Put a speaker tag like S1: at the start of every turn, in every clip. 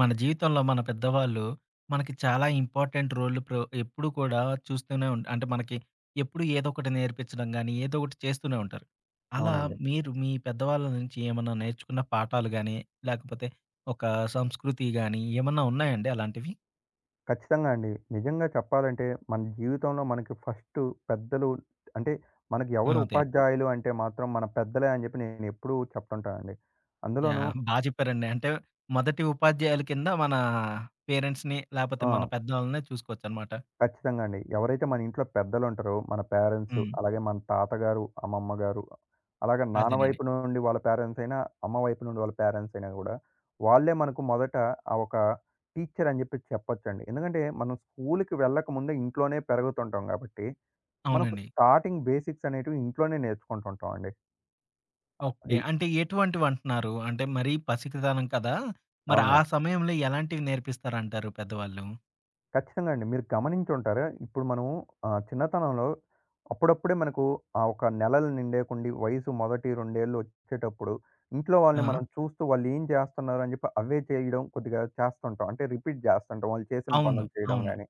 S1: మన జీవితంలో మన పెద్దవాళ్ళు మనకి చాలా ఇంపార్టెంట్ రోల్ ఎప్పుడు కూడా చూస్తూనే ఉంటారు. అంటే మనకి ఎప్పుడు ఏదో ఒకటి నేర్పించడం కానీ ఏదో ఒకటి చేస్తూనే ఉంటారు అలా.
S2: అవునండి.
S1: మీరు మీ పెద్దవాళ్ళ నుంచి ఏమన్నా నేర్చుకున్న పాఠాలు కానీ లేకపోతే ఒక సంస్కృతి కానీ ఏమన్నా ఉన్నాయండి అలాంటివి?
S2: ఖచ్చితంగా అండి. నిజంగా చెప్పాలంటే మన జీవితంలో మనకి ఫస్టు పెద్దలు అంటే మనకు ఎవరు
S1: అదే.
S2: ఉపాధ్యాయులు అంటే మాత్రం మన పెద్దలే అని చెప్పి నేనెప్పుడూ చెప్తుంటానండి.
S1: యా,
S2: అందులోనూ
S1: బాగా చెప్పారండి. అంటే మొదటి ఉపాధ్యాయుల కింద మన పేరెంట్స్ని లేకపోతే మన
S2: ఆ!
S1: పెద్దవాళ్ళనే చూసుకోవచ్చు అనమాట.
S2: ఖచ్చితంగా అండి. ఎవరైతే మన ఇంట్లో పెద్దలుంటారో మన పేరెంట్స్, అలాగే మన తాతగారు, అమ్మమ్మ గారు, అలాగే నాన్న
S1: అదేనండి.
S2: వైపు నుండి వాళ్ళ పేరెంట్స్ అయినా, అమ్మ వైపు నుండి వాళ్ళ పేరెంట్స్ అయినా గూడా వాళ్ళే మనకు మొదట ఒక టీచర్ అని చెప్పి చెప్పొచ్చండి. ఎందుకంటే మనం స్కూలుకి వెళ్ళకముందే ఇంట్లోనే పెరుగుతుంటాం గాబట్టి మనకు
S1: అవునండి.
S2: స్టార్టింగ్ బేసిక్స్ అనేటివి ఇంట్లోనే నేర్చుకుంటుంటాం అండి.
S1: ఓకే.
S2: అది
S1: అంటే ఎటువంటివంటున్నారు? అంటే మరీ పసికితనం కదా! మరి ఆ
S2: అవునండి.
S1: సమయంలో ఎలాంటివి నేర్పిస్తారంటారు పెద్దవాళ్ళు?
S2: ఖచ్చితంగా అండి. మీరు గమనించుంటారు. ఇప్పుడు మనము చిన్నతనంలో అప్పుడప్పుడే మనకు ఒక నెలలు నిండేకుండి వయసు మొదటి 2 వచ్చేటప్పుడు ఇంట్లో వాళ్ళని
S1: ఆ!
S2: మనం చూస్తూ వాళ్ళు ఏం చేస్తున్నారు అని చెప్పి అవే చేయడం కొద్దిగా చేస్తుంటాం. అంటే రిపీట్ చేస్తుంటాం. వాళ్ళు చేసిన
S1: అవును.
S2: పనులు చేయడం
S1: అవును.
S2: గాని.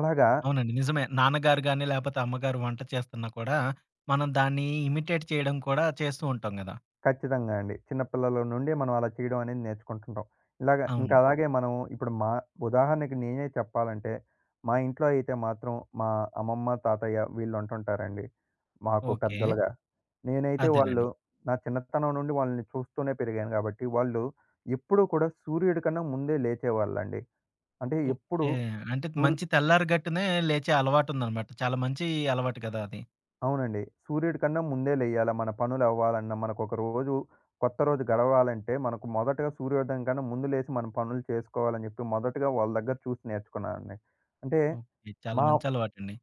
S2: అలాగా,
S1: అవునండి. నిజమే. నాన్నగారు గాని, లేపోతే అమ్మగారు వంట చేస్తున్నా కూడా, మనం దాన్ని ఇమిటేట్ చేయడం కూడా చేస్తూ ఉంటాం గదా!
S2: ఖచ్చితంగా అండి. చిన్నపిల్లల నుండి మనం అలా చేయడం అనేది నేర్చుకుంటుంటాం. ఇలాగ ఇంకా
S1: అవును.
S2: అవును. అలాగే మనం ఇప్పుడు ఉదాహరణకి నేనే చెప్పాలంటే, మా ఇంట్లో అయితే మాత్రం మా అమ్మమ్మ, తాతయ్య వీళ్ళుంటుంటారండి. మాకు
S1: ఓకే.
S2: పెద్దలుగా. నేనైతే వాళ్ళు
S1: అదేనండి.
S2: నా చిన్నతనం నుండి వాళ్ళని చూస్తూనే పెరిగాను గాబట్టి, వాళ్ళు ఎప్పుడూ కూడా సూర్యుడి కన్నా ముందే లేచేవాళ్ళండి. అంటే ఎప్పుడు
S1: ఓకే. అంటే
S2: సూర్
S1: మంచి తెల్లారిగట్టునే లేచే అలవాటుందనమాట. చాలా మంచి అలవాటు కదా అది.
S2: అవునండి. సూర్యుడి కన్నా ముందే లెయ్యాల. మన పనులవ్వాలన్నా, మనకొక రోజు కొత్త రోజు గడవాలంటే, మనకు మొదటగా సూర్యోదయం కన్నా ముందు లేసి మన పనులు చేసుకోవాలని జెప్పి, మొదటగా వాళ్ళ దగ్గర చూసి నేర్చుకున్నానండి. అంటే,
S1: ఓకే. చాలా
S2: మా
S1: మంచి అలవాటండి.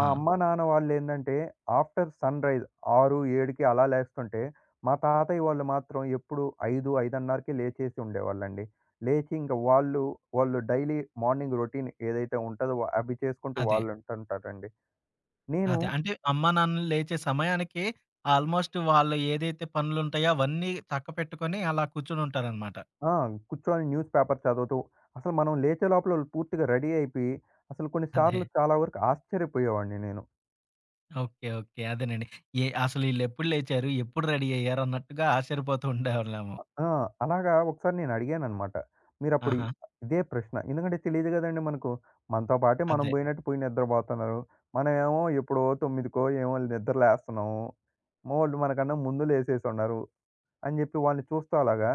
S1: ఆ!
S2: అమ్మ, నాన్న వాళ్ళేందంటే, ఆఫ్టర్ సన్‌రైజ్ 6, 7కి అలా లేస్తుంటే, మా తాతయ్య వాళ్ళు మాత్రం ఎప్పుడు 5, 5:30కి లేచేసి ఉండేవాళ్ళండి. లేచి ఇంక వాళ్ళు డైలీ మార్నింగ్ రొటీన్ ఏదైతే ఉంటదో, అవి చేసుకుంటూ
S1: అదే.
S2: వాళ్ళుంటుంటారండి. నేను
S1: అదే. అంటే అమ్మా, నాన్నలు లేచే సమయానికి ఆల్‌మోస్ట్ వాళ్ళు ఏదైతే పనులుంటాయో అవన్నీ చక్కపెట్టుకొని అలా కూర్చొనుంటారనమాట.
S2: ఆ! కూర్చొని న్యూస్ పేపర్ చదువుతూ, అసలు మనం లేచే లోపల వాళ్ళు పూర్తిగా రెడీ అయిపోయి, అసలు కొన్ని
S1: అదే.
S2: సార్లు చాలా వరకు ఆశ్చర్యపోయేవాడిని నేను.
S1: ఓకే. ఓకే. అదేనండి. ఏ అసలు ఈళ్ళెప్పుడు లేచారు? ఎప్పుడు రెడీ అయ్యారు? అన్నట్టుగా ఆశ్చర్యపోతూ ఉండేవాళ్ళేమో.
S2: అ ఆ! అలాగా ఒకసారి నేను అడిగాననమాట. మీరప్పుడు
S1: ఆహా!
S2: ఇదే ప్రశ్న. ఎందుకంటే తెలీదు గదండీ మనకు. మనతో పాటే మనం
S1: అదే.
S2: బోయినట్టు పోయి నిద్రబోతున్నారు. మనమేమో ఎప్పుడో 9కో ఏమో నిద్ర లేస్తున్నాము. మగోళ్ళు మనకన్నా ముందు లేసేసున్నారు అని జెప్పి వాళ్ళని చూస్తూ అలాగా,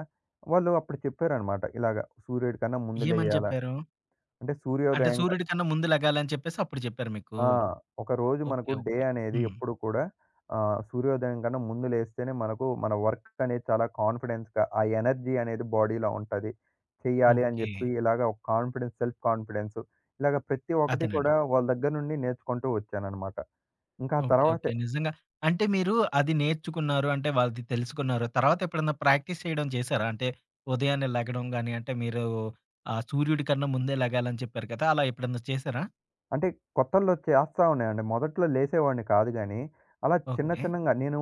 S2: వాళ్ళు అప్పుడు చెప్పారనమాట. ఇలాగ "సూర్యుడి కన్నా ముందు
S1: ఏమని
S2: లెయ్యాలా"
S1: చెప్పారు?
S2: అంటే
S1: అంటే
S2: సూర్యోదయం
S1: సూర్యుడి కన్నా ముందు లెగాలని చెప్పేసి అప్పుడు చెప్పారు మీకు.
S2: ఆ! ఒక రోజు
S1: ఓకే.
S2: మనకు డే
S1: ఓకే.
S2: అనేది
S1: హ్మ్.
S2: ఎప్పుడు కూడా సూర్యోదయం కన్నా ముందు లేస్తేనే మనకు మన వర్క్ అనేది చాలా కాన్ఫిడెన్స్‌గా ఆ ఎనర్జీ అనేది బాడీలో ఉంటది. చెయ్యాలి అని
S1: ఓకే.
S2: చెప్పి ఇలాగ ఒక కాన్ఫిడెన్స్, సెల్ఫ్ కాన్ఫిడెన్స్, ఇలాగ ప్రతి ఒక్కటి
S1: అదేనండి.
S2: కూడా వాళ్ళ దగ్గర నుండి నేర్చుకుంటూ వచ్చాననమాట. ఇంకా ఆ
S1: ఓకే. ఓకే.
S2: తర్వాతే
S1: నిజంగా అంటే మీరు అది నేర్చుకున్నారు. అంటే వాళ్ళది తెలుసుకున్నారు. తర్వాత ఎప్పుడన్నా ప్రాక్టీస్ చేయడం చేశారా? అంటే ఉదయాన్నే లెగడం గాని, అంటే మీరు సూర్యుడి కన్నా ముందే లెగాలని చెప్పారు కదా! అలా ఎప్పుడన్నా చేశారా?
S2: అంటే కొత్తల్లో చేస్తా ఉన్నానండి. మొదట్లో లేసేవాడిని కాదు గానీ, అలా చిన్న
S1: ఓకే.
S2: చిన్నంగా నేను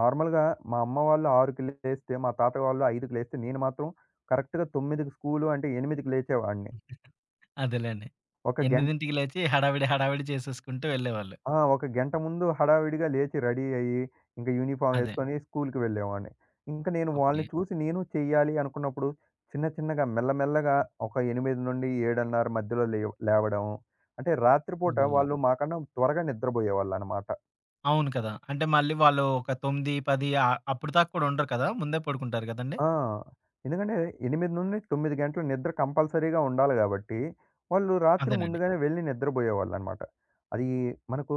S2: నార్మల్‌గా మా అమ్మ వాళ్ళు 6కి లేస్తే, మా తాత వాళ్ళు 5కి లేస్తే, నేను మాత్రం కరెక్ట్‌గా 9కి స్కూలు అంటే 8కి లేచేవాడిని.
S1: అదేలెండి.
S2: ఒక గంట
S1: 8కి లేచి హడావిడి, హడావిడి చేసేసుకుంటూ వెళ్ళేవాళ్ళు.
S2: ఆ! ఒక గంట ముందు హడావిడిగా లేచి రెడీ అయ్యి, ఇంక యూనిఫార్మ్
S1: అదే.
S2: ఏసుకొని స్కూలుకి వెళ్ళేవాడిని. ఇంక నేను
S1: ఓకే.
S2: వాళ్ళని చూసి నేను చెయ్యాలి అనుకున్నప్పుడు, చిన్న చిన్నగా మెల్లమెల్లగా ఒక 8 నుండి 7:30 మధ్యలో లేవడం. అంటే రాత్రిపూట
S1: ఓహ్!
S2: వాళ్ళు మాకన్నా త్వరగా నిద్రబోయేవాళ్ళనమాట.
S1: అవును కదా! అంటే మళ్ళీ వాళ్ళు ఒక 9, 10 అప్పుడు దాకా కూడా ఉండరు కదా! ముందే పడుకుంటారు కదండీ!
S2: ఆ! ఎందుకంటే 8-9 గంటలు నిద్ర కంపల్సరీగా ఉండాలి గాబట్టి, వాళ్ళు రాత్రి
S1: అదేనండి.
S2: ముందుగానే వెళ్ళి నిద్రబోయేవాళ్ళనమాట. అది మనకు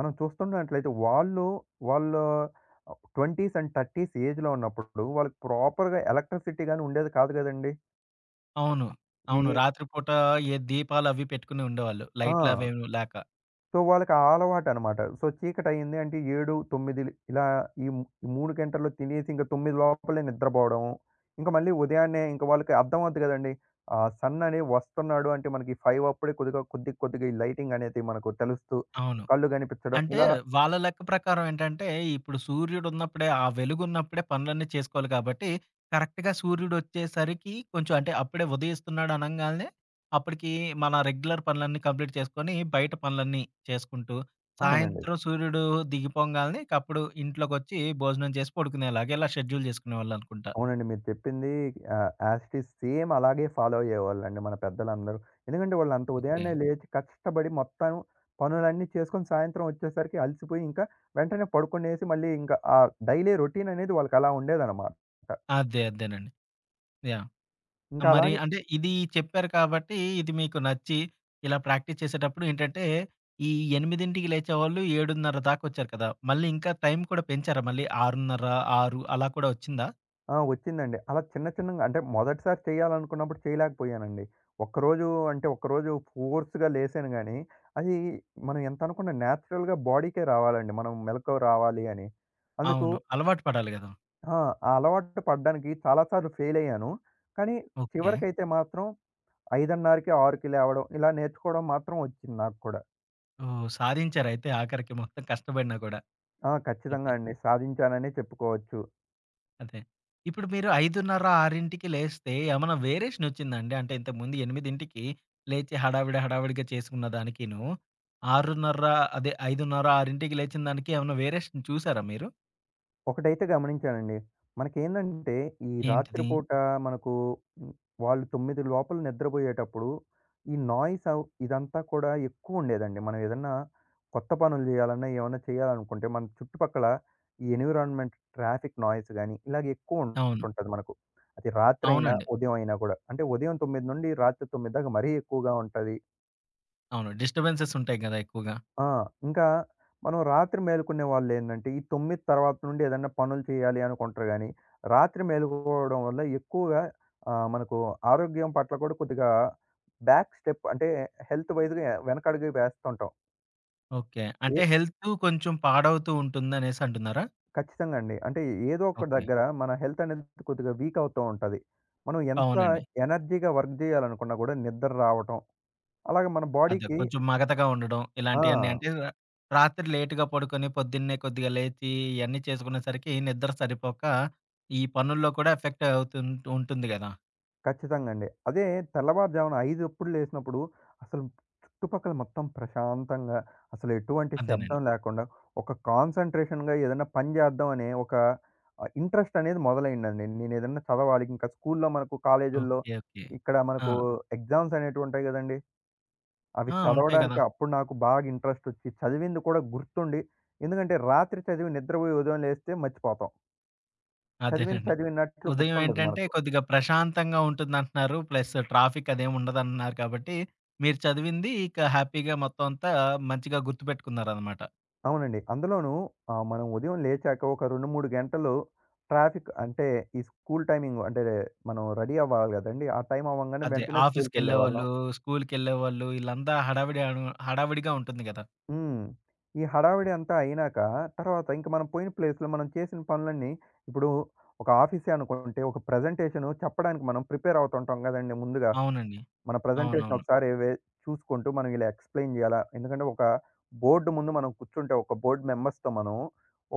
S2: మనం చూస్తున్నట్లయితే వాళ్ళు, వాళ్ళ 20స్ అండ్ 30స్ ఏజ్‌లో ఉన్నప్పుడు వాళ్ళకి ప్రాపర్‌గా ఎలక్ట్రిసిటీ గాని ఉండేది కాదు గదండీ!
S1: అవును. అవును.
S2: ఈ
S1: రాత్రి పూట ఏ దీపాలవి పెట్టుకుని ఉండేవాళ్ళు.
S2: ఆ!
S1: లైట్‌లవేమి లేక.
S2: సో, వాళ్ళకి ఆ అలవాటనమాట. సో, చీకటయింది అంటే 7, 9 ఇలా ఈ ము 3 గంటల్లో తినేసి ఇంక 9 లోపలే నిద్రపోవడం. ఇంక మళ్ళీ ఉదయాన్నే ఇంక వాళ్ళకి అర్థమవుద్ది గదండీ. సన్ అనేది వస్తున్నాడు అంటే మనకి 5 అప్పుడే కొద్దిగా కొద్ది కొద్దిగా ఈ లైటింగ్ అనేది మనకు తెలుస్తూ
S1: అవును.
S2: కళ్ళు గనిపిచ్చడం
S1: అంటే
S2: ఇలా
S1: వాళ్ళ లెక్క ప్రకారం ఏంటంటే, ఇప్పుడు సూర్యుడున్నప్పుడే, ఆ వెలుగున్నప్పుడే పనులన్నీ చేసుకోవాలి కాబట్టి, కరెక్ట్‌గా సూర్యుడొచ్చేసరికి కొంచెం అంటే అప్పుడే ఉదయిస్తున్నాడు అనంగాల్నే, అప్పటికి మన రెగ్యులర్ పనులన్నీ కంప్లీట్ చేసుకొని, బయట పనులన్నీ చేసుకుంటూ,
S2: అవునండి.
S1: సాయంత్రం సూర్యుడు దిగిపోంగాల్నే ఇకప్పుడు ఇంట్లోకొచ్చి భోజనం చేసి పడుకునేలాగా ఇలా షెడ్యూల్ జేసుకునేవాళ్ళనుకుంటా.
S2: అవునండి. మీరు చెప్పింది యాస్ ఇట్ ఈజ్ సేమ్ అలాగే ఫాలో అయ్యేవాళ్ళండి మన పెద్దలందరూ. ఎందుకంటే వాళ్ళంత
S1: ఓకే.
S2: ఉదయాన్నే లేచి కష్టపడి మొత్తం పనులన్నీ చేసుకొని సాయంత్రం వచ్చేసరికి అలసిపోయి ఇంకా వెంటనే పడుకునేసి మళ్ళీ ఇంకా ఆ డైలీ రొటీన్ అనేది వాళ్ళకి అలా ఉండేదనమాట.
S1: అదే. అదేనండి. యాహ్!
S2: ఇంకా
S1: మరి
S2: అలాగే
S1: అంటే ఇది చెప్పారు కాబట్టి, ఇది మీకు నచ్చి ఇలా ప్రాక్టీస్ చేసేటప్పుడు ఏంటంటే, ఈ 8కి లేచేవాళ్ళు 7:30 దాకొచ్చారు కదా! మళ్ళీ ఇంకా టైం కూడా పెంచారా మళ్ళీ 6:30, 6 అలా కూడా వచ్చిందా?
S2: ఆ! వచ్చిందండి. అలా చిన్న చిన్నగా అంటే మొదటిసారి చేయాలనుకున్నప్పుడు చేయలేకపోయానండి. ఒక్కరోజు అంటే ఒక్కరోజు ఫోర్స్‌గా లేసాను గానీ, అది మనం ఎంత అనుకున్న నేచురల్‌గా బాడీకే రావాలండి. మనం మెలకువ రావాలి అని. అందుకు
S1: అవును. అలవాటు పడాలి గదా!
S2: ఆ ఆ అలవాటు పడ్డానికి చాలా సార్లు ఫెయిలయ్యాను. కానీ హ్మ్.
S1: ఓకే.
S2: చివరికైతే మాత్రం 5:30కి, 6కి లేవడం ఇలా నేర్చుకోవడం మాత్రం వచ్చింది నాకు కూడా.
S1: ఓహ్! సాధించారయితే ఆఖరికి మొత్తం కష్టపడినా కూడా.
S2: ఆ!
S1: ఓకే.
S2: ఖచ్చితంగా అండి. సాధించాననే చెప్పుకోవచ్చు.
S1: అదే. ఇప్పుడు మీరు 5:30, 6కి లేస్తే ఏమన్నా వేరియేషనొచ్చిందాండి? అంటే ఇంతకుముందు 8కి లేచి హడావిడి హడావిడిగా చేసుకున్న దానికిను, 6:30 అదే 5:30, 6కి లేచిన దానికి ఏమన్నా వేరియేషన్ చూసారా మీరు?
S2: ఒకటైతే గమనించానండి. మనకేందంటే ఈ రాత్రి
S1: ఏంటిది?
S2: పూట మనకు హ్మ్, వాళ్ళు 9 లోపల నిద్రబోయేటప్పుడు ఈ నాయిస్ అవ్ ఇదంతా కూడా ఎక్కువుండేదండి. మనం ఏదన్నా కొత్త పనులు జేయాలన్నా, ఏమన్నా చేయాలనుకుంటే మన చుట్టుపక్కల ఈ ఎన్విరాన్మెంట్ ట్రాఫిక్ నాయిస్ గాని, ఇలాగ
S1: అవును.
S2: ఎక్కువుంటుంటది మనకు. అది రాత్రైనా,
S1: అవునండి.
S2: ఉదయం అయినా గూడా. అంటే ఉదయం 9 నుండి రాత్రి 9 దాకా మరీ ఎక్కువగా ఉంటది.
S1: అవును. డిస్టర్బెన్సెస్ ఉంటాయి గదా! ఎక్కువగా.
S2: ఆ! ఇంకా మనం రాత్రి మేలుకునే వాళ్ళేందంటే, ఈ 9 తర్వాత నుండి ఏదన్నా పనులు చేయాలి అనుకుంటారు గానీ, రాత్రి మేలుకోవడం వల్ల ఎక్కువగా మనకు ఆరోగ్యం పట్ల కూడా కొద్దిగా బ్యాక్ స్టెప్ అంటే హెల్త్ వైజ్‌గా వెనకడుగు వేస్తుంటాం.
S1: ఓకే.
S2: ఏ
S1: అంటే హెల్త్ కొంచెం పాడవుతూ ఉంటుందనేసి అంటున్నారా?
S2: ఖచ్చితంగా అండి. అంటే ఏదో ఒక
S1: ఓకే.
S2: దగ్గర మన హెల్త్ అనేది కొద్దిగా వీక్ అవుతూ ఉంటది. మనం ఎంత
S1: అవునండి.
S2: ఎనర్జీగా వర్క్ చేయాలనుకున్నా కూడా నిద్ర రావటం, అలాగే మన
S1: అదే.
S2: బాడీకి.
S1: కొంచెం మగతగా ఉండడం. ఇలాంటియన్నీ
S2: ఆ!
S1: అంటే ర రాత్రి లేట్‌గా పడుకొని పొద్దున్నే కొద్దిగా లేచి ఇయన్నీ చేసుకునేసరికి నిద్ర సరిపోక ఈ పనుల్లో కూడా ఎఫెక్ట్ అవుతుం ఉంటుంది గదా!
S2: ఖచ్చితంగా అండి. అదే తెల్లవారుజామున 5 లేసినప్పుడు అసలు చుట్టుపక్కల మొత్తం ప్రశాంతంగా అసలు ఎటువంటి
S1: అదేనండి.
S2: శబ్దం లేకుండా ఒక కాన్సంట్రేషన్‌గా ఏదైనా పని చేద్దాం అనే ఒక ఇంట్రెస్ట్ అనేది మొదలైందండి. నేను ఏదన్నా చదవాలి ఇంకా స్కూల్లో మనకు కాలేజీల్లో
S1: ఓకే. ఓకే.
S2: ఇక్కడ
S1: ఆ!
S2: మనకు ఎగ్జామ్స్ అనేటివి ఉంటాయి గదండీ! అవి
S1: ఆ! ఉంటాయి గదా!
S2: చదవడానికి అప్పుడు నాకు బాగా ఇంట్రెస్ట్ వచ్చి చదివింది కూడా గుర్తుండి. ఎందుకంటే రాత్రి చదివి నిద్రపోయి ఉదయం లేస్తే మర్చిపోతాం. చదివింది
S1: అదేనండి.
S2: చదివినట్లు
S1: ఉదయం
S2: గుర్తుండదు
S1: ఏంటంటే
S2: మనకు.
S1: కొద్దిగా ప్రశాంతంగా ఉంటుందంటున్నారు. ప్లస్ ట్రాఫిక్ అదేమి ఉండదంటున్నారు కాబట్టి మీరు చదివింది ఇక హ్యాపీగా మొత్తం అంతా మంచిగా గుర్తుపెట్టుకున్నారనమాట.
S2: అవునండి. అందులోనూ మనం ఉదయం లేచాక ఒక 2, 3 గంటలు ట్రాఫిక్ అంటే ఈ స్కూల్ టైమింగ్ అంటే మనం రెడీ అవ్వాలి గదండీ! ఆ టైం అవ్వంగానే
S1: అదే.
S2: వెంటనే స్కూల్‌కెళ్ళేవాళ్ళం.
S1: ఆఫీస్‌కెళ్ళేవాళ్ళు, స్కూల్‌కెళ్ళేవాళ్ళు ఈళ్ళంతా హడావిడిగా ఉంటుంది గదా!
S2: హ్మ్. ఈ హడావిడి అంతా అయినాక తర్వాత ఇంక మనం పోయిన ప్లేస్‌లో మనం చేసిన పనులన్నీ ఇప్పుడు ఒక ఆఫీసే అనుకుంటే ఒక ప్రెజెంటేషన్ చెప్పడానికి మనం ప్రిపేర్ అవుతుంటాం గదండీ ముందుగా.
S1: అవునండి.
S2: మన ప్రజెంటేషన్
S1: అవునవును.
S2: ఒకసారి చూసుకుంటూ మనం ఇలా ఎక్స్‌ప్లెయిన్ జేయాలా? ఎందుకంటే ఒక బోర్డ్ ముందు మనం కూర్చుంటే ఒక బోర్డ్ మెంబర్స్‌తో మనం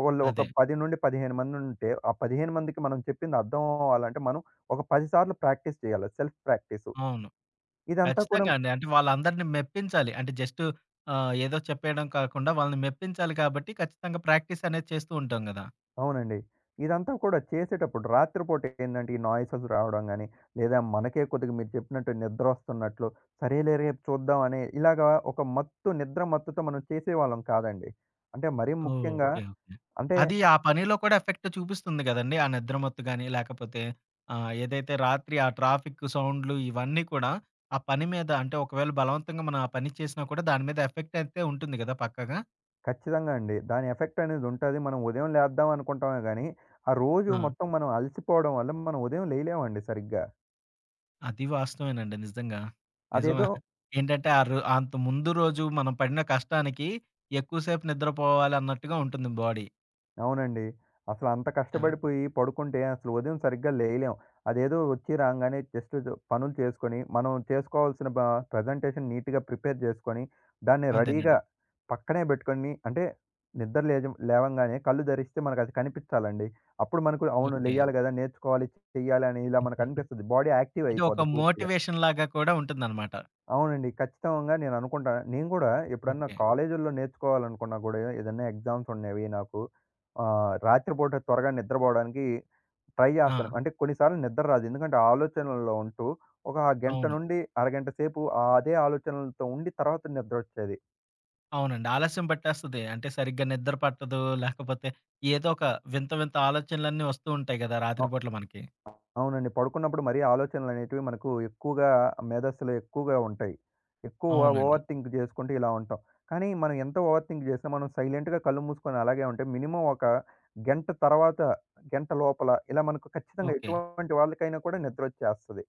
S2: ఒకళ్ళు ఒక
S1: అదే.
S2: 10 నుండి 15 మంది ఉంటే, ఆ 15 మందికి మనం చెప్పింది అర్థం అవ్వాలంటే మనం ఒక 10 సార్లు ప్రాక్టీస్ చేయాలి. Self practice.
S1: అవును.
S2: ఇదంతా కూడా
S1: ఖచ్చితంగా అండి. అంటే వాళ్ళందరిని మెప్పించాలి. అంటే జస్ట్ ఏదో చెప్పేయడం కాకుండా వాళ్ళని మెప్పించాలి కాబట్టి ఖచ్చితంగా ప్రాక్టీస్ అనేది చేస్తూ ఉంటాం గదా!
S2: అవునండి. ఇదంతా కూడా చేసేటప్పుడు రాత్రిపూట ఏందంటే, ఈ నాయిసెస్ రావడం గాని, లేదా మనకే కొద్దిగా మీరు చెప్పినట్టు నిద్రొస్తున్నట్లు, సరేలే రేపు చూద్దాం అనే ఇలాగా ఒక మత్తు నిద్ర మత్తుతో మనం చేసేవాళ్ళం కాదండి. అంటే మరీ ముఖ్యంగా
S1: ఓకే. ఓకే.
S2: అంటే
S1: అది ఆ పనిలో కూడా ఎఫెక్ట్ చూపిస్తుంది గదండీ. ఆ నిద్ర మత్తు గాని లేకపోతే ఏదైతే రాత్రి ఆ ట్రాఫిక్ సౌండ్‌లు ఇవన్నీ కూడా ఆ పని మీద అంటే ఒకవేళ బలవంతంగా మనం ఆ పని చేసినా కూడా దాని మీద ఎఫెక్ట్ అయితే ఉంటుంది గదా! పక్కాగా.
S2: ఖచ్చితంగా అండి. దాని ఎఫెక్ట్ అనేది ఉంటది. మనం ఉదయం లేద్దాం అనుకుంటామే గానీ, ఆ రోజు
S1: ఆ!
S2: మొత్తం మనం అలసిపోవడం వల్ల మనం ఉదయం లేయలేమండి సరిగ్గా.
S1: అది వాస్తవేనండి నిజంగా. నిజమే.
S2: అదేదో
S1: ఏంటంటే ఆ రో అంత ముందు రోజు మనం పడిన కష్టానికి ఎక్కువ సేపు నిద్రపోవాలి అన్నట్టుగా ఉంటుంది బాడీ.
S2: అవునండి. అసలు అంత
S1: ఆ!
S2: కష్టపడిపోయి పడుకుంటే అసలు ఉదయం సరిగ్గా లేయలేం. అదేదో వచ్చి రాంగానే జస్ట్ జో పనులు చేసుకొని, మనం చేసుకోవాల్సిన ప్రెజెంటేషన్ నీట్‌గా ప్రిపేర్ చేసుకొని, దాన్ని రెడీగా
S1: అదేనండి.
S2: పక్కనే బెట్టుకొని అంటే నిద్ర లేవంగానే కళ్ళు తెరిస్తే మనకది కనిపిచ్చాలండి. అప్పుడు మనకు అవును.
S1: ఓకే.
S2: లెయ్యాలి గదా! నేర్చుకోవాలి, చెయ్యాలి అని ఇలా మనకనిపిస్తది. బాడీ యాక్టివ్
S1: అంటే ఒక
S2: అయిపోద్ది పూర్తిగా.
S1: మోటివేషన్ లాగా కూడా ఉంటుందనమాట.
S2: అవునండి. ఖచ్చితంగా నేను అనుకుంటా. నేను గూడా ఎప్పుడన్నా
S1: ఓకే.
S2: కాలేజీల్లో నేర్చుకోవాలనుకున్నా గూడా ఏదన్నా ఎగ్జామ్స్ ఉన్నవి నాకు. రాత్రిపూట త్వరగా నిద్రపోవడానికి ట్రై
S1: ఆ!
S2: జేస్తాను. అంటే కొన్నిసార్లు నిద్ర రాదు. ఎందుకంటే ఆలోచనల్లో ఉంటూ ఒక గంట
S1: అవును.
S2: నుండి అరగంట సేపు అదే ఆలోచనలతో ఉండి తర్వాత నిద్రొచ్చేది.
S1: అవునండి. ఆలస్యం పట్టేస్తది. అంటే సరిగ్గా నిద్ర పట్టదు. లేకపోతే ఏదో ఒక వింత వింత ఆలోచనలన్నీ వస్తూ ఉంటాయి గదా!
S2: ఆ!
S1: రాత్రి పూటల మనకి.
S2: అవునండి. పడుకున్నప్పుడు మరీ ఆలోచనలనేటివి మనకు ఎక్కువగా మేధస్సులో ఎక్కువగా ఉంటాయి. ఎక్కువ
S1: అవునండి.
S2: ఓవర్ థింక్ జేసుకుంటూ ఇలా ఉంటాం. కానీ మనం ఎంత ఓవర్ థింక్ జేసినా మనం సైలెంట్‌గా కళ్ళు మూసుకొని అలాగే ఉంటే మినిమమ్ ఒక గంట తర్వాత, గంట లోపల ఇలా మనకు ఖచ్చితంగా
S1: ఓకే.
S2: ఎటువంటి వాళ్ళకైనా కూడా నిద్రొచ్చేస్తది.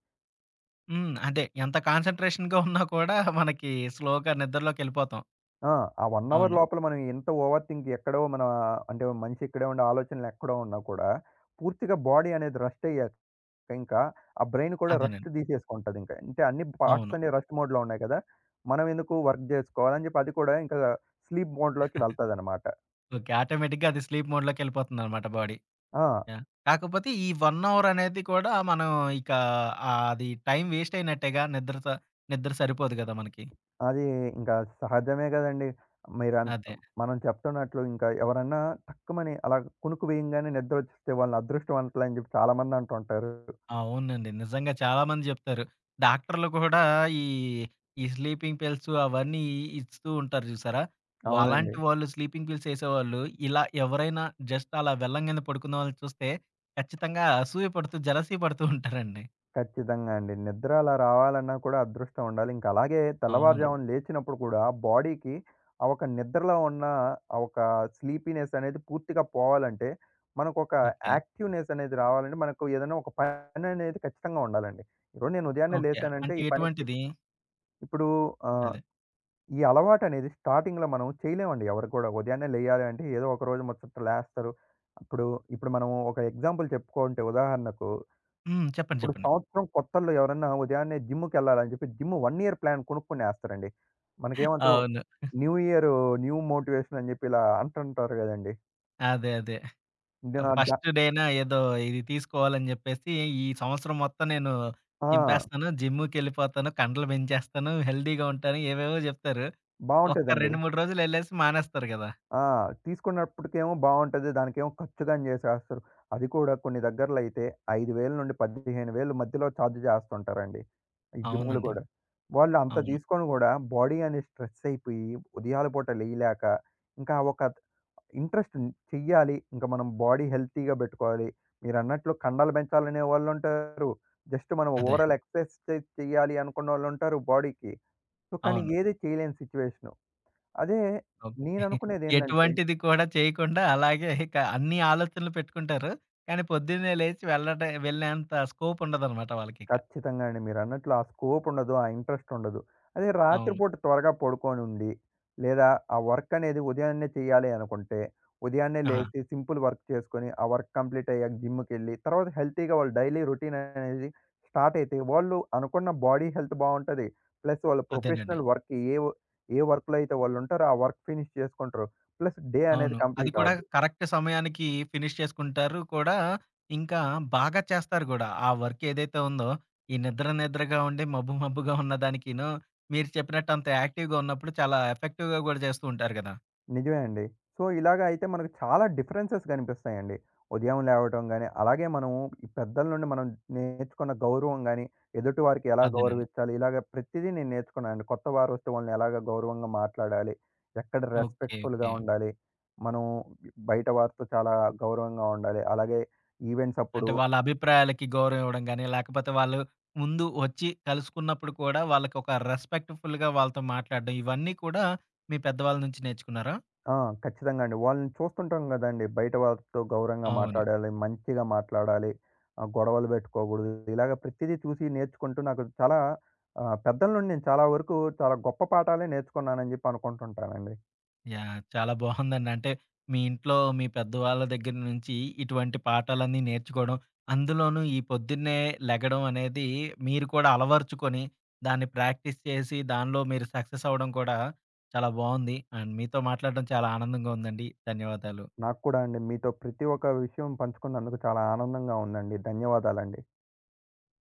S1: హ్మ్. అదే ఎంత కాన్సంట్రేషన్‌గా ఉన్నా కూడా మనకి స్లోగా నిద్రలోకెళ్ళిపోతాం.
S2: ఆ! ఆ 1 అవర్
S1: అవును.
S2: లోపల మనం ఎంత ఓవర్ థింక్ ఎక్కడో మన అంటే మనిషి ఇక్కడే ఉండే ఆలోచనలు ఎక్కడో ఉన్నా కూడా, పూర్తిగా బాడీ అనేది రెస్ట్ అయ్యాక ఇంకా, ఆ బ్రెయిన్ కూడా రెస్ట్
S1: అదేనండి.
S2: తీసేసుకుంటదింక. అంటే అన్ని
S1: అవును.
S2: పార్ట్స్ అన్ని రెస్ట్ మోడ్‌లో ఉన్నాయి కదా! మనం ఎందుకు వర్క్ జేసుకోవాలని చెప్పి అది కూడా ఇంకా స్లీప్ మోడ్‌లోకి వెళ్తదనమాట.
S1: ఓకే. ఆటోమేటిక్‌గా అది స్లీప్ మోడ్‌లోకి ఎళ్ళిపోతుందనమాట బాడీ.
S2: ఆ!
S1: యాహ్! కాకపోతే ఈ 1 అవర్ అనేది కూడా మనం ఇక అది టైం వేస్ట్ అయినట్టేగా. నిద్రతో నిద్ర సరిపోదు గదా మనకి.
S2: అది ఇంకా సహజమే గదండీ. మీరన్
S1: అదే.
S2: మనం చెప్తున్నట్లు ఇంకా ఎవరన్నా టక్కుమని అలా కునుకు వేయంగానే నిద్రొచ్చేస్తే వాళ్ళని అదృష్టవంతులని జెప్పి చాలామంది అంటుంటారు.
S1: అవునండి. నిజంగా చాలా మంది జెప్తారు. డాక్టర్లు కూడా ఈ, ఈ స్లీపింగ్ పిల్స్ అవన్నీ ఇస్తూ ఉంటారు జూసారా?
S2: అవునండి.
S1: అలాంటి వాళ్ళు, స్లీపింగ్ పిల్స్ ఎసేవాళ్ళు, ఇలా ఎవరైనా జస్ట్ అలా వెళ్ళంగానే పడుకున్న వాళ్ళని చూస్తే ఖచ్చితంగా అసూయ పడుతూ, జలసీ పడుతూ ఉంటారండి.
S2: ఖచ్చితంగా అండి. నిద్ర అలా రావాలన్నా కూడా అదృష్టం ఉండాలి. ఇంక అలాగే అవును.
S1: అవును.
S2: తెల్లవారుజామున లేచినప్పుడు కూడా బాడీకి ఆ ఒక నిద్రలో ఉన్న ఆ ఒక స్లీపీనెస్ అనేది పూర్తిగా పోవాలంటే, మనకొక
S1: ఓకే.
S2: యాక్టివ్‌నెస్ అనేది రావాలంటే, మనకు ఏదైనా ఒక పననేది ఖచ్చితంగా ఉండాలండి. ఇప్పుడు నేను ఉదయాన్నే
S1: ఓకే.
S2: లేసానంటే
S1: అంటే
S2: ఈ పనికి
S1: ఎటువంటిది?
S2: ఇప్పుడు ఆహ్,
S1: అదే.
S2: ఈ అలవాటనేది స్టార్టింగ్‌లో మనం చేయలేమండి ఎవరు కూడా. ఉదయాన్నే లేయాలి అంటే ఏదో ఒక రోజు ముచ్చట లేస్తారు. అప్పుడు ఇప్పుడు మనం ఒక ఎగ్జాంపుల్ చెప్పుకుంటే ఉదాహరణకు
S1: హ్మ్. చెప్పండి.
S2: ఇప్పుడు
S1: చెప్పండి.
S2: సంవత్సరం కొత్తల్లో ఎవరన్నా ఉదయాన్నే జిమ్‌కెళ్ళాలని చెప్పి జిమ్ 1 ఇయర్ ప్లాన్ కొనుక్కునేస్తారండి. మనకేమంటారు
S1: అవును.
S2: న్యూ ఇయర్ న్యూ మోటివేషన్ అని చెప్పి ఇలా అంటుంటారు గదండీ!
S1: అదే. అదే.
S2: ద జ
S1: ఫస్ట్ డేన ఏదో ఇది తీసుకోవాలని జెప్పేసి, ఈ సంవత్సరం మొత్తం నేను
S2: ఆ!
S1: చింపేస్తాను, జిమ్‌కెళ్ళిపోతాను, కండలు పెంచేస్తాను, హెల్తీగా ఉంటాను, ఏవేవో జెప్తారు. ఒక్క
S2: బావుంటదండి.
S1: 2, 3 రోజులెళ్ళేసి మానేస్తారు గదా!
S2: ఆ! తీసుకున్నప్పటికేమో బావుంటది. దానికేమో ఖర్చుగాని జేసేస్తారు. అది కూడా కొన్ని దగ్గరలో అయితే 5,000-15,000 మధ్యలో చార్జ్ జేస్తుంటారండి. ఈ జిమ్‌లు
S1: అవునండి.
S2: గూడా. వాళ్ళు అంత
S1: అవును.
S2: తీసుకొని గూడా బాడీ అనేది స్ట్రెస్ అయిపోయి ఉదయాల పూట లేయలేక ఇంకా ఒక ఇంట్రెస్ట్ చెయ్యాలి. ఇంకా మనం బాడీ హెల్తీగా బెట్టుకోవాలి. మీరన్నట్లు కండలు బెంచాలనే వాళ్ళుంటారు. జస్ట్ మనం
S1: అదే.
S2: ఓవరాల్ ఎక్సర్‌సైజ్ చెయ్యాలి అనుకున్నోళ్ళుంటారు బాడీకి. సో, కానీ
S1: అవును.
S2: ఏది చేయలేని సిట్యుయేషను. అదే
S1: ఓకే.
S2: నేననుకునేదేందంటే
S1: ఎటువంటిది కూడా చేయకుండా అలాగే ఇక అన్ని ఆలోచనలు పెట్టుకుంటారు. కానీ పొద్దున్నే లేచి వెళ్ళేంత స్కోప్ ఉండదనమాట వాళ్ళకిక.
S2: ఖచ్చితంగా అండి. మీరన్నట్లు ఆ స్కోప్ ఉండదు. ఆ ఇంట్రెస్ట్ ఉండదు. అదే
S1: అవును.
S2: రాత్రిపూట త్వరగా పడుకోనుండి, లేదా ఆ వర్క్ అనేది ఉదయాన్నే చేయాలి అనుకుంటే, ఉదయాన్నే
S1: ఆ!
S2: లేసి సింపుల్ వర్క్ చేసుకొని, ఆ వర్క్ కంప్లీట్ అయ్యాక జిమ్‌కెళ్ళి, తర్వాత హెల్తీగా వాళ్ళ డైలీ రొటీన్ అనేది స్టార్ట్ అయితే, వాళ్ళు అనుకున్న బాడీ హెల్త్ బావుంటది. ప్లస్ వాళ్ళ
S1: అదేనండి.
S2: ప్రొఫెషనల్ వర్క్ ఏ వర్క్‌లో అయితే వాళ్ళుంటారో, ఆ వర్క్ ఫినిష్ చేసుకుంటారు. ప్లస్ డే అనేది
S1: అవును. అది
S2: కంప్లీట్
S1: కూడా
S2: అవుద్ది.
S1: కరెక్ట్ సమయానికి ఫినిష్ చేసుకుంటారు కూడా. ఇంకా బాగా చేస్తారు గూడా. ఆ వర్క్ ఏదైతే ఉందో, ఈ నిద్ర నిద్రగా ఉండి, మబ్బు మబ్బుగా ఉన్న దానికిను, మీరు చెప్పినట్టు అంత యాక్టివ్‌గా ఉన్నప్పుడు చాలా ఎఫెక్టివ్‌గా గూడా చేస్తూ ఉంటారు గదా!
S2: నిజమే అండి. సో, ఇలాగ అయితే మనకు చాలా డిఫరెన్సెస్ కనిపిస్తాయండి. ఉదయం లేవటం గాని, అలాగే మనము ఈ పెద్దల నుండి మనం నేర్చుకున్న గౌరవం గాని, ఎదుటి వారికి ఎలా
S1: అదేనండి.
S2: గౌరవించాలి, ఇలాగ ప్రతిదీ నేను నేర్చుకున్నానండి. కొత్త వారొస్తే వాళ్ళని ఎలాగ గౌరవంగా మాట్లాడాలి, ఎక్కడ
S1: ఓకే.
S2: రెస్పెక్ట్‌ఫుల్‌గా
S1: ఓకే.
S2: ఉండాలి, మనం బయట వారితో చాలా గౌరవంగా ఉండాలి. అలాగే ఈవెంట్స్
S1: అంటే
S2: అప్పుడు
S1: వాళ్ళ అభిప్రాయాలకి గౌరవం ఇవ్వడం గాని, లేకపోతే వాళ్ళు ముందు వచ్చి కలుసుకున్నప్పుడు కూడా వాళ్ళకొక రెస్పెక్ట్‌ఫుల్‌గా వాళ్ళతో మాట్లాడడం, ఇవన్నీ కూడా మీ పెద్దవాళ్ళ నుంచి నేర్చుకున్నారా?
S2: ఆ! ఖచ్చితంగా అండి. వాళ్ళని చూస్తుంటాం గదండీ! బయట వాళ్ళతో గౌరవంగా
S1: అవును.
S2: మాట్లాడాలి, మంచిగా మాట్లాడాలి, గొడవలు పెట్టుకోకూడదు. ఇలాగ ప్రతిదీ చూసి నేర్చుకుంటూ నాకు చాలా పెద్దల నుండి నేను చాలా వరకు చాలా గొప్ప పాఠాలే నేర్చుకున్నానని జెప్పి అనుకుంటుంటానండి.
S1: యాహ్! చాలా బాగుందండి. అంటే మీ ఇంట్లో మీ పెద్దవాళ్ళ దగ్గర నుంచి ఇటువంటి పాఠాలన్నీ నేర్చుకోవడం, అందులోనూ ఈ పొద్దున్నే లెగడం అనేది మీరు కూడా అలవరుచుకొని, దాన్ని ప్రాక్టీస్ చేసి దానిలో మీరు సక్సెస్ అవ్వడం కూడా చాలా బావుంది. అండ్ మీతో మాట్లాడడం చాలా ఆనందంగా ఉందండి. ధన్యవాదాలు.
S2: నాకు కూడా అండి మీతో ప్రతి ఒక్క విషయం పంచుకున్నందుకు చాలా ఆనందంగా ఉందండి. ధన్యవాదాలండి.